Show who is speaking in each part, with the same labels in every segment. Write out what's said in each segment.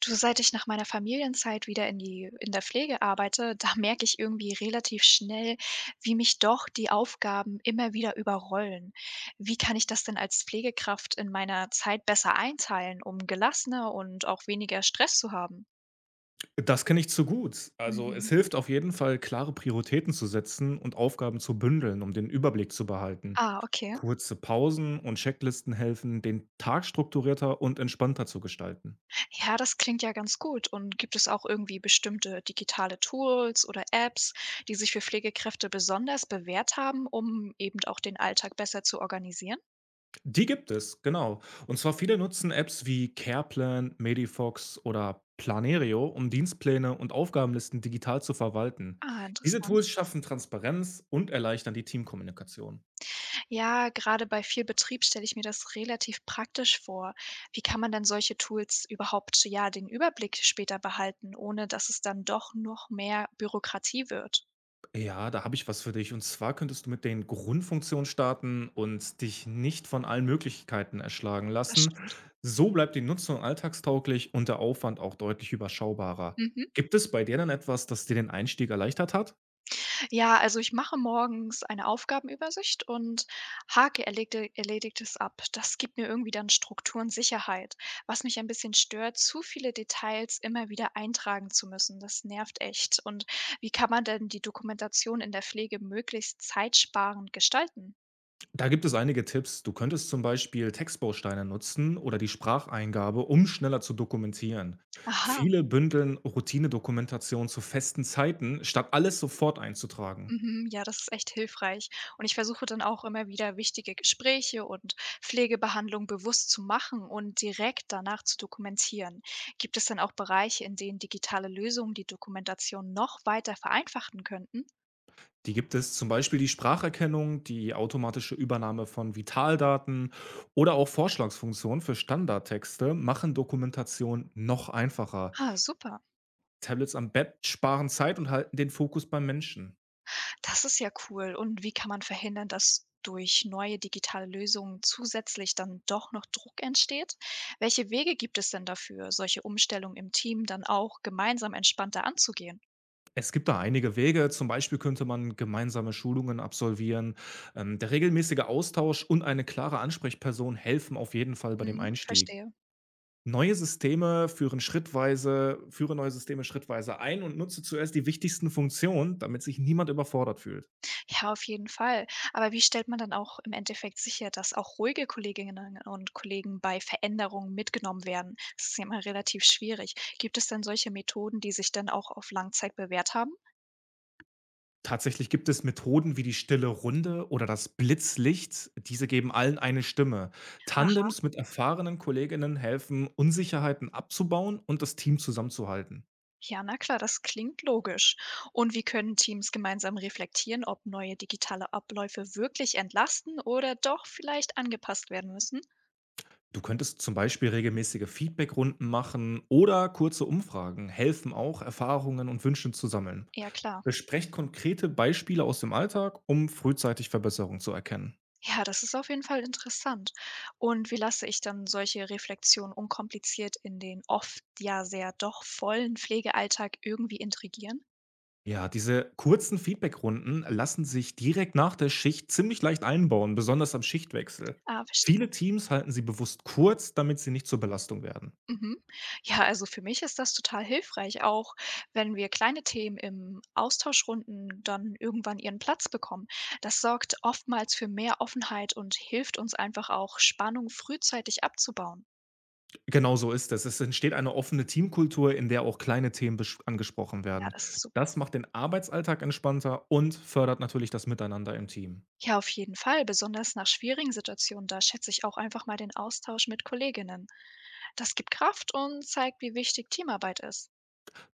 Speaker 1: Du, seit ich nach meiner Familienzeit wieder in der Pflege arbeite, da merke ich irgendwie relativ schnell, wie mich doch die Aufgaben immer wieder überrollen. Wie kann ich das denn als Pflegekraft in meiner Zeit besser einteilen, um gelassener und auch weniger Stress zu haben?
Speaker 2: Das kenne ich zu gut. Also es
Speaker 1: Mhm.
Speaker 2: hilft auf jeden Fall, klare Prioritäten zu setzen und Aufgaben zu bündeln, um den Überblick zu behalten.
Speaker 1: Ah, okay.
Speaker 2: Kurze Pausen und Checklisten helfen, den Tag strukturierter und entspannter zu gestalten.
Speaker 1: Ja, das klingt ja ganz gut. Und gibt es auch irgendwie bestimmte digitale Tools oder Apps, die sich für Pflegekräfte besonders bewährt haben, um eben auch den Alltag besser zu organisieren?
Speaker 2: Die gibt es, genau. Und zwar viele nutzen Apps wie Careplan, Medifox oder Planerio, um Dienstpläne und Aufgabenlisten digital zu verwalten.
Speaker 1: Ah,
Speaker 2: Diese
Speaker 1: interessant.
Speaker 2: Tools schaffen Transparenz und erleichtern die Teamkommunikation.
Speaker 1: Ja, gerade bei viel Betrieb stelle ich mir das relativ praktisch vor. Wie kann man denn solche Tools überhaupt, ja, den Überblick später behalten, ohne dass es dann doch noch mehr Bürokratie wird?
Speaker 2: Ja, da habe ich was für dich. Und zwar könntest du mit den Grundfunktionen starten und dich nicht von allen Möglichkeiten erschlagen
Speaker 1: Das
Speaker 2: lassen.
Speaker 1: stimmt.
Speaker 2: So bleibt die Nutzung alltagstauglich und der Aufwand auch deutlich überschaubarer.
Speaker 1: Mhm.
Speaker 2: Gibt es bei dir dann etwas, das dir den Einstieg erleichtert hat?
Speaker 1: Ja, also ich mache morgens eine Aufgabenübersicht und hake erlegte Erledigtes ab. Das gibt mir irgendwie dann Struktur und Sicherheit. Was mich ein bisschen stört, zu viele Details immer wieder eintragen zu müssen. Das nervt echt. Und wie kann man denn die Dokumentation in der Pflege möglichst zeitsparend gestalten?
Speaker 2: Da gibt es einige Tipps. Du könntest zum Beispiel Textbausteine nutzen oder die Spracheingabe, um schneller zu dokumentieren.
Speaker 1: Aha.
Speaker 2: Viele bündeln Routinedokumentation zu festen Zeiten, statt alles sofort einzutragen.
Speaker 1: Mhm, ja, das ist echt hilfreich. Und ich versuche dann auch immer wieder wichtige Gespräche und Pflegebehandlung bewusst zu machen und direkt danach zu dokumentieren. Gibt es dann auch Bereiche, in denen digitale Lösungen die Dokumentation noch weiter vereinfachen könnten?
Speaker 2: Die gibt es zum Beispiel die Spracherkennung, die automatische Übernahme von Vitaldaten oder auch Vorschlagsfunktionen für Standardtexte machen Dokumentation noch einfacher.
Speaker 1: Ah, super.
Speaker 2: Tablets am Bett sparen Zeit und halten den Fokus beim Menschen.
Speaker 1: Das ist ja cool. Und wie kann man verhindern, dass durch neue digitale Lösungen zusätzlich dann doch noch Druck entsteht? Welche Wege gibt es denn dafür, solche Umstellungen im Team dann auch gemeinsam entspannter anzugehen?
Speaker 2: Es gibt da einige Wege, zum Beispiel könnte man gemeinsame Schulungen absolvieren. Der regelmäßige Austausch und eine klare Ansprechperson helfen auf jeden Fall bei dem
Speaker 1: Mhm,
Speaker 2: Einstieg.
Speaker 1: verstehe.
Speaker 2: Neue Systeme führen schrittweise Führe neue Systeme schrittweise ein und nutze zuerst die wichtigsten Funktionen, damit sich niemand überfordert fühlt.
Speaker 1: Ja, auf jeden Fall. Aber wie stellt man dann auch im Endeffekt sicher, dass auch ruhige Kolleginnen und Kollegen bei Veränderungen mitgenommen werden? Das ist ja immer relativ schwierig. Gibt es denn solche Methoden, die sich dann auch auf Langzeit bewährt haben?
Speaker 2: Tatsächlich gibt es Methoden wie die stille Runde oder das Blitzlicht. Diese geben allen eine Stimme.
Speaker 1: Aha.
Speaker 2: Tandems mit erfahrenen Kolleginnen helfen, Unsicherheiten abzubauen und das Team zusammenzuhalten.
Speaker 1: Ja, na klar, das klingt logisch. Und wie können Teams gemeinsam reflektieren, ob neue digitale Abläufe wirklich entlasten oder doch vielleicht angepasst werden müssen?
Speaker 2: Du könntest zum Beispiel regelmäßige Feedbackrunden machen oder kurze Umfragen helfen auch, Erfahrungen und Wünsche zu sammeln.
Speaker 1: Ja, klar.
Speaker 2: Besprecht konkrete Beispiele aus dem Alltag, um frühzeitig Verbesserungen zu erkennen.
Speaker 1: Ja, das ist auf jeden Fall interessant. Und wie lasse ich dann solche Reflexionen unkompliziert in den oft ja sehr doch vollen Pflegealltag irgendwie integrieren?
Speaker 2: Ja, diese kurzen Feedbackrunden lassen sich direkt nach der Schicht ziemlich leicht einbauen, besonders am Schichtwechsel.
Speaker 1: Ah, verstehe.
Speaker 2: Viele Teams halten sie bewusst kurz, damit sie nicht zur Belastung werden.
Speaker 1: Mhm. Ja, also für mich ist das total hilfreich, auch wenn wir kleine Themen im Austauschrunden dann irgendwann ihren Platz bekommen. Das sorgt oftmals für mehr Offenheit und hilft uns einfach auch, Spannung frühzeitig abzubauen.
Speaker 2: Genau so ist es. Es entsteht eine offene Teamkultur, in der auch kleine Themen angesprochen
Speaker 1: Ja,
Speaker 2: werden.
Speaker 1: das ist super.
Speaker 2: Das macht den Arbeitsalltag entspannter und fördert natürlich das Miteinander im Team.
Speaker 1: Ja, auf jeden Fall, besonders nach schwierigen Situationen, da schätze ich auch einfach mal den Austausch mit Kolleginnen. Das gibt Kraft und zeigt, wie wichtig Teamarbeit ist.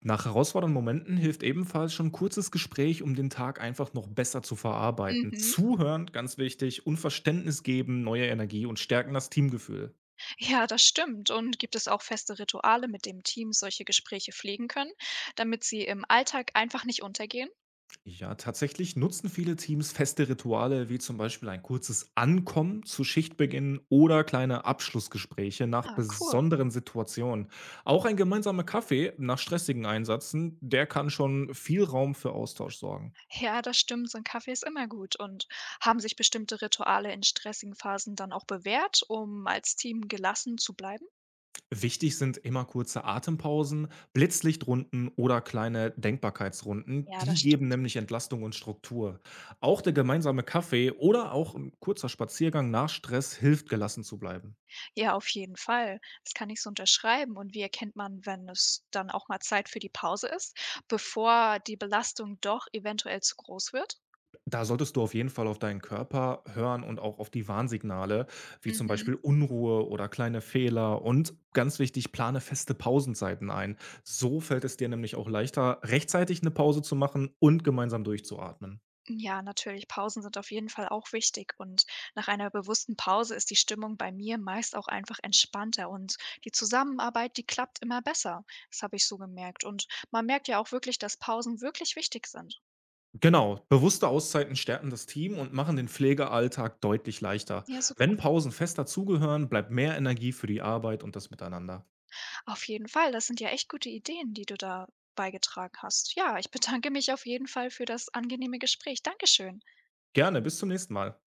Speaker 2: Nach herausfordernden Momenten hilft ebenfalls schon 'n kurzes Gespräch, um den Tag einfach noch besser zu verarbeiten.
Speaker 1: Mhm.
Speaker 2: Zuhören, ganz wichtig, und Verständnis geben, neue Energie und stärken das Teamgefühl.
Speaker 1: Ja, das stimmt. Und gibt es auch feste Rituale, mit dem Team solche Gespräche pflegen können, damit sie im Alltag einfach nicht untergehen?
Speaker 2: Ja, tatsächlich nutzen viele Teams feste Rituale wie zum Beispiel ein kurzes Ankommen zu Schichtbeginn oder kleine Abschlussgespräche nach
Speaker 1: Ah, cool.
Speaker 2: besonderen Situationen. Auch ein gemeinsamer Kaffee nach stressigen Einsätzen, der kann schon viel Raum für Austausch sorgen.
Speaker 1: Ja, das stimmt. So ein Kaffee ist immer gut. Und haben sich bestimmte Rituale in stressigen Phasen dann auch bewährt, um als Team gelassen zu bleiben?
Speaker 2: Wichtig sind immer kurze Atempausen, Blitzlichtrunden oder kleine Denkbarkeitsrunden.
Speaker 1: Ja,
Speaker 2: Die
Speaker 1: das
Speaker 2: geben
Speaker 1: stimmt.
Speaker 2: nämlich Entlastung und Struktur. Auch der gemeinsame Kaffee oder auch ein kurzer Spaziergang nach Stress hilft, gelassen zu bleiben.
Speaker 1: Ja, auf jeden Fall. Das kann ich so unterschreiben. Und wie erkennt man, wenn es dann auch mal Zeit für die Pause ist, bevor die Belastung doch eventuell zu groß wird?
Speaker 2: Da solltest du auf jeden Fall auf deinen Körper hören und auch auf die Warnsignale, wie zum
Speaker 1: Mhm.
Speaker 2: Beispiel Unruhe oder kleine Fehler. Und ganz wichtig, plane feste Pausenzeiten ein. So fällt es dir nämlich auch leichter, rechtzeitig eine Pause zu machen und gemeinsam durchzuatmen.
Speaker 1: Ja, natürlich. Pausen sind auf jeden Fall auch wichtig. Und nach einer bewussten Pause ist die Stimmung bei mir meist auch einfach entspannter und die Zusammenarbeit, die klappt immer besser. Das habe ich so gemerkt. Und man merkt ja auch wirklich, dass Pausen wirklich wichtig sind.
Speaker 2: Genau, bewusste Auszeiten stärken das Team und machen den Pflegealltag deutlich leichter.
Speaker 1: Ja, super.
Speaker 2: Wenn Pausen fest dazugehören, bleibt mehr Energie für die Arbeit und das Miteinander.
Speaker 1: Auf jeden Fall, das sind ja echt gute Ideen, die du da beigetragen hast. Ja, ich bedanke mich auf jeden Fall für das angenehme Gespräch. Dankeschön.
Speaker 2: Gerne, bis zum nächsten Mal.